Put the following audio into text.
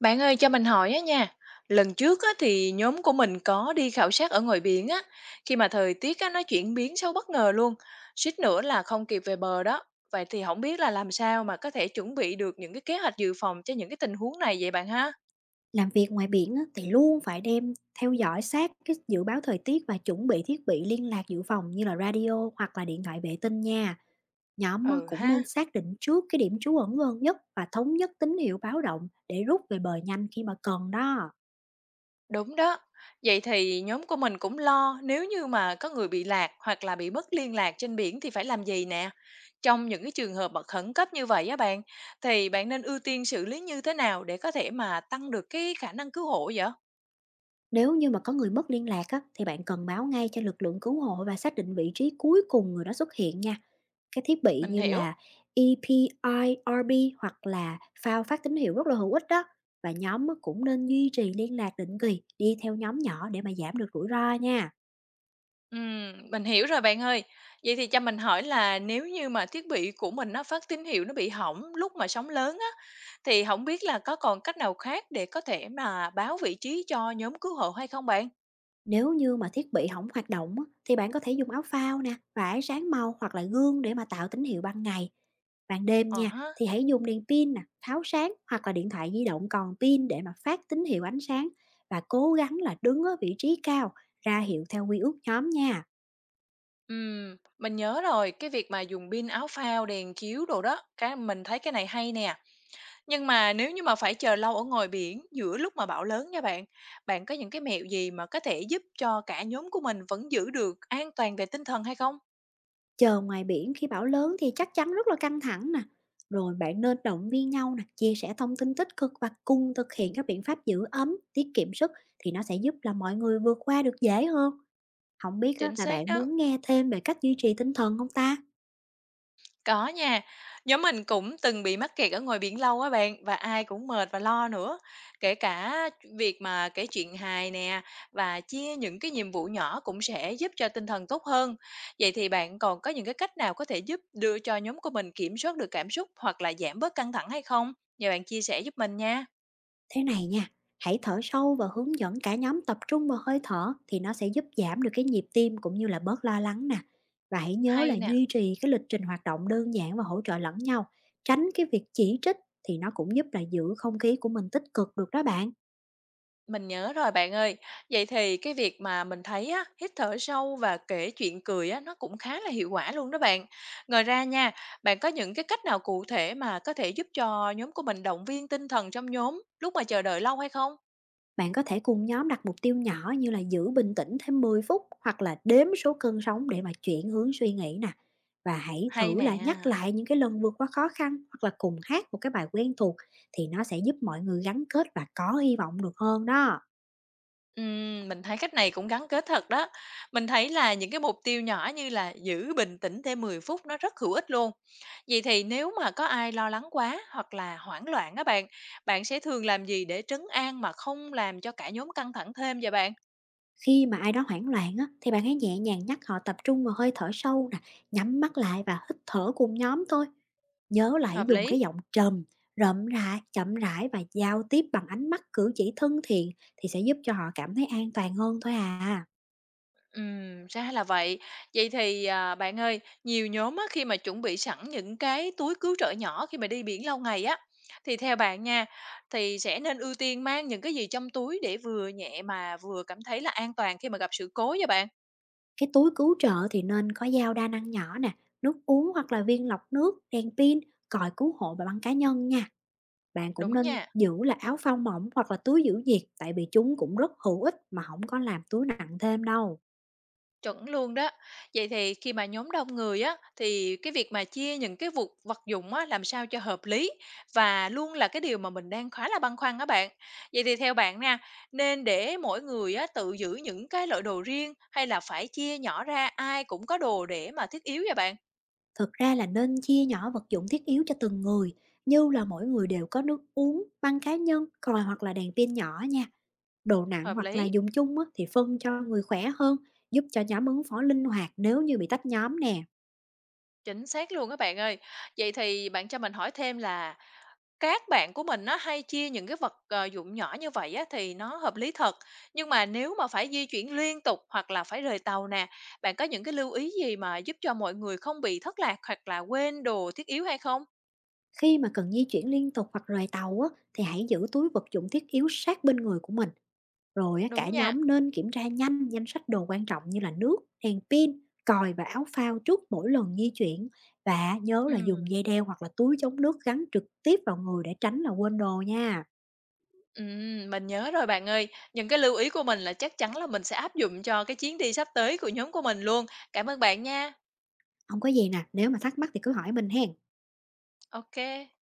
Bạn ơi cho mình hỏi á nha, lần trước á thì nhóm của mình có đi khảo sát ở ngoài biển á, khi mà thời tiết á nó chuyển biến sâu bất ngờ luôn, suýt nữa là không kịp về bờ đó. Vậy thì không biết là làm sao mà có thể chuẩn bị được những cái kế hoạch dự phòng cho những cái tình huống này vậy bạn ha? Làm việc ngoài biển á, thì luôn phải đem theo dõi sát cái dự báo thời tiết và chuẩn bị thiết bị liên lạc dự phòng như là radio hoặc là điện thoại vệ tinh nha. Nhóm á, Ừ cũng ha. nên xác định trước cái điểm trú ẩn gần nhất và thống nhất tín hiệu báo động để rút về bờ nhanh khi mà cần đó. Đúng đó. Vậy thì nhóm của mình cũng lo nếu như mà có người bị lạc hoặc là bị mất liên lạc trên biển thì phải làm gì nè? Trong những cái trường hợp mà khẩn cấp như vậy á bạn, thì bạn nên ưu tiên xử lý như thế nào để có thể mà tăng được cái khả năng cứu hộ vậy? Nếu như mà có người mất liên lạc á, thì bạn cần báo ngay cho lực lượng cứu hộ và xác định vị trí cuối cùng người đó xuất hiện nha. Cái thiết bị Mình như hiểu. là EPIRB hoặc là phao phát tín hiệu rất là hữu ích đó. Và nhóm á, cũng nên duy trì liên lạc định kỳ, đi theo nhóm nhỏ để mà giảm được rủi ro nha. Mình hiểu rồi bạn ơi. Vậy thì cho mình hỏi là nếu như mà thiết bị của mình nó phát tín hiệu nó bị hỏng lúc mà sóng lớn á, thì không biết là có còn cách nào khác để có thể mà báo vị trí cho nhóm cứu hộ hay không bạn? Nếu như mà thiết bị không hoạt động á, thì bạn có thể dùng áo phao nè, và ánh sáng màu hoặc là gương để mà tạo tín hiệu ban ngày. Ban đêm Ờ nha, ha. thì hãy dùng đèn pin nè, pháo sáng hoặc là điện thoại di động còn pin để mà phát tín hiệu ánh sáng, và cố gắng là đứng ở vị trí cao, ra hiệu theo quy ước nhóm nha. Mình nhớ rồi, cái việc mà dùng pin áo phao, đèn chiếu đồ đó, cái mình thấy cái này hay nè. Nhưng mà nếu như mà phải chờ lâu ở ngoài biển giữa lúc mà bão lớn nha bạn, bạn có những cái mẹo gì mà có thể giúp cho cả nhóm của mình vẫn giữ được an toàn về tinh thần hay không? Chờ ngoài biển khi bão lớn thì chắc chắn rất là căng thẳng nè. Rồi bạn nên động viên nhau nè, chia sẻ thông tin tích cực và cùng thực hiện các biện pháp giữ ấm, tiết kiệm sức thì nó sẽ giúp là mọi người vượt qua được dễ hơn. Không biết á, Chính là xác bạn đó. muốn nghe thêm về cách duy trì tinh thần không ta? Có nha, nhóm mình cũng từng bị mắc kẹt ở ngoài biển lâu á bạn, và ai cũng mệt và lo nữa. Kể cả việc mà kể chuyện hài nè và chia những cái nhiệm vụ nhỏ cũng sẽ giúp cho tinh thần tốt hơn. Vậy thì bạn còn có những cái cách nào có thể giúp đưa cho nhóm của mình kiểm soát được cảm xúc hoặc là giảm bớt căng thẳng hay không? Nhờ bạn chia sẻ giúp mình nha. Thế này nha, hãy thở sâu và hướng dẫn cả nhóm tập trung vào hơi thở thì nó sẽ giúp giảm được cái nhịp tim cũng như là bớt lo lắng nè. Và hãy nhớ là Hay nè. duy trì cái lịch trình hoạt động đơn giản và hỗ trợ lẫn nhau, tránh cái việc chỉ trích thì nó cũng giúp là giữ không khí của mình tích cực được đó bạn. Mình nhớ rồi bạn ơi. Vậy thì cái việc mà mình thấy á, hít thở sâu và kể chuyện cười á, nó cũng khá là hiệu quả luôn đó bạn. Ngoài ra nha, bạn có những cái cách nào cụ thể mà có thể giúp cho nhóm của mình động viên tinh thần trong nhóm lúc mà chờ đợi lâu hay không? Bạn có thể cùng nhóm đặt mục tiêu nhỏ như là giữ bình tĩnh thêm 10 phút hoặc là đếm số cân sóng để mà chuyển hướng suy nghĩ nè. Và hãy Hay thử là nhắc nè. lại những cái lần vượt qua khó khăn hoặc là cùng hát một cái bài quen thuộc thì nó sẽ giúp mọi người gắn kết và có hy vọng được hơn đó. Mình thấy cách này cũng gắn kết thật đó. Mình thấy là những cái mục tiêu nhỏ như là giữ bình tĩnh thêm 10 phút nó rất hữu ích luôn. Vậy thì nếu mà có ai lo lắng quá hoặc là hoảng loạn á bạn, bạn sẽ thường làm gì để trấn an mà không làm cho cả nhóm căng thẳng thêm vậy bạn? Khi mà ai đó hoảng loạn á, thì bạn hãy nhẹ nhàng nhắc họ tập trung vào hơi thở sâu nè, nhắm mắt lại và hít thở cùng nhóm thôi. Nhớ là hãy Hợp dùng lý. cái giọng trầm, rậm rãi, chậm rãi và giao tiếp bằng ánh mắt, cử chỉ thân thiện thì sẽ giúp cho họ cảm thấy an toàn hơn thôi à. Ra là vậy. Vậy thì, à, bạn ơi, nhiều nhóm á, khi mà chuẩn bị sẵn những cái túi cứu trợ nhỏ khi mà đi biển lâu ngày á, thì theo bạn nha, thì sẽ nên ưu tiên mang những cái gì trong túi để vừa nhẹ mà vừa cảm thấy là an toàn khi mà gặp sự cố nha bạn? Cái túi cứu trợ thì nên có dao đa năng nhỏ nè, nước uống hoặc là viên lọc nước, đèn pin, còi cứu hộ và băng cá nhân nha. Bạn cũng Đúng nên nha. giữ là áo phao mỏng hoặc là túi giữ nhiệt, tại vì chúng cũng rất hữu ích mà không có làm túi nặng thêm đâu. Chuẩn luôn đó. Vậy thì khi mà nhóm đông người á, thì cái việc mà chia những cái vật dụng á, làm sao cho hợp lý và luôn là cái điều mà mình đang khá là băn khoăn á bạn. Vậy thì theo bạn nha, nên để mỗi người á, tự giữ những cái loại đồ riêng hay là phải chia nhỏ ra ai cũng có đồ để mà thiết yếu vậy bạn? Thực ra là nên chia nhỏ vật dụng thiết yếu cho từng người, như là mỗi người đều có nước uống, băng cá nhân, còi hoặc là đèn pin nhỏ nha. Đồ nặng Hợp hoặc là lý. dùng chung á, thì phân cho người khỏe hơn, giúp cho nhóm ứng phó linh hoạt nếu như bị tách nhóm nè. Chính xác luôn các bạn ơi. Vậy thì bạn cho mình hỏi thêm là các bạn của mình nó hay chia những cái vật dụng nhỏ như vậy á, thì nó hợp lý thật. Nhưng mà nếu mà phải di chuyển liên tục hoặc là phải rời tàu nè, bạn có những cái lưu ý gì mà giúp cho mọi người không bị thất lạc hoặc là quên đồ thiết yếu hay không? Khi mà cần di chuyển liên tục hoặc rời tàu á, thì hãy giữ túi vật dụng thiết yếu sát bên người của mình. Rồi á, cả Đúng nha. nhóm nên kiểm tra nhanh danh sách đồ quan trọng như là nước, đèn pin, còi và áo phao trước mỗi lần di chuyển. Và nhớ là dùng Ừm, dây đeo hoặc là túi chống nước gắn trực tiếp vào người để tránh là quên đồ nha. mình nhớ rồi bạn ơi. Những cái lưu ý của mình là chắc chắn là mình sẽ áp dụng cho cái chuyến đi sắp tới của nhóm của mình luôn. Cảm ơn bạn nha. Không có gì nè, nếu mà thắc mắc thì cứ hỏi mình hen. OK.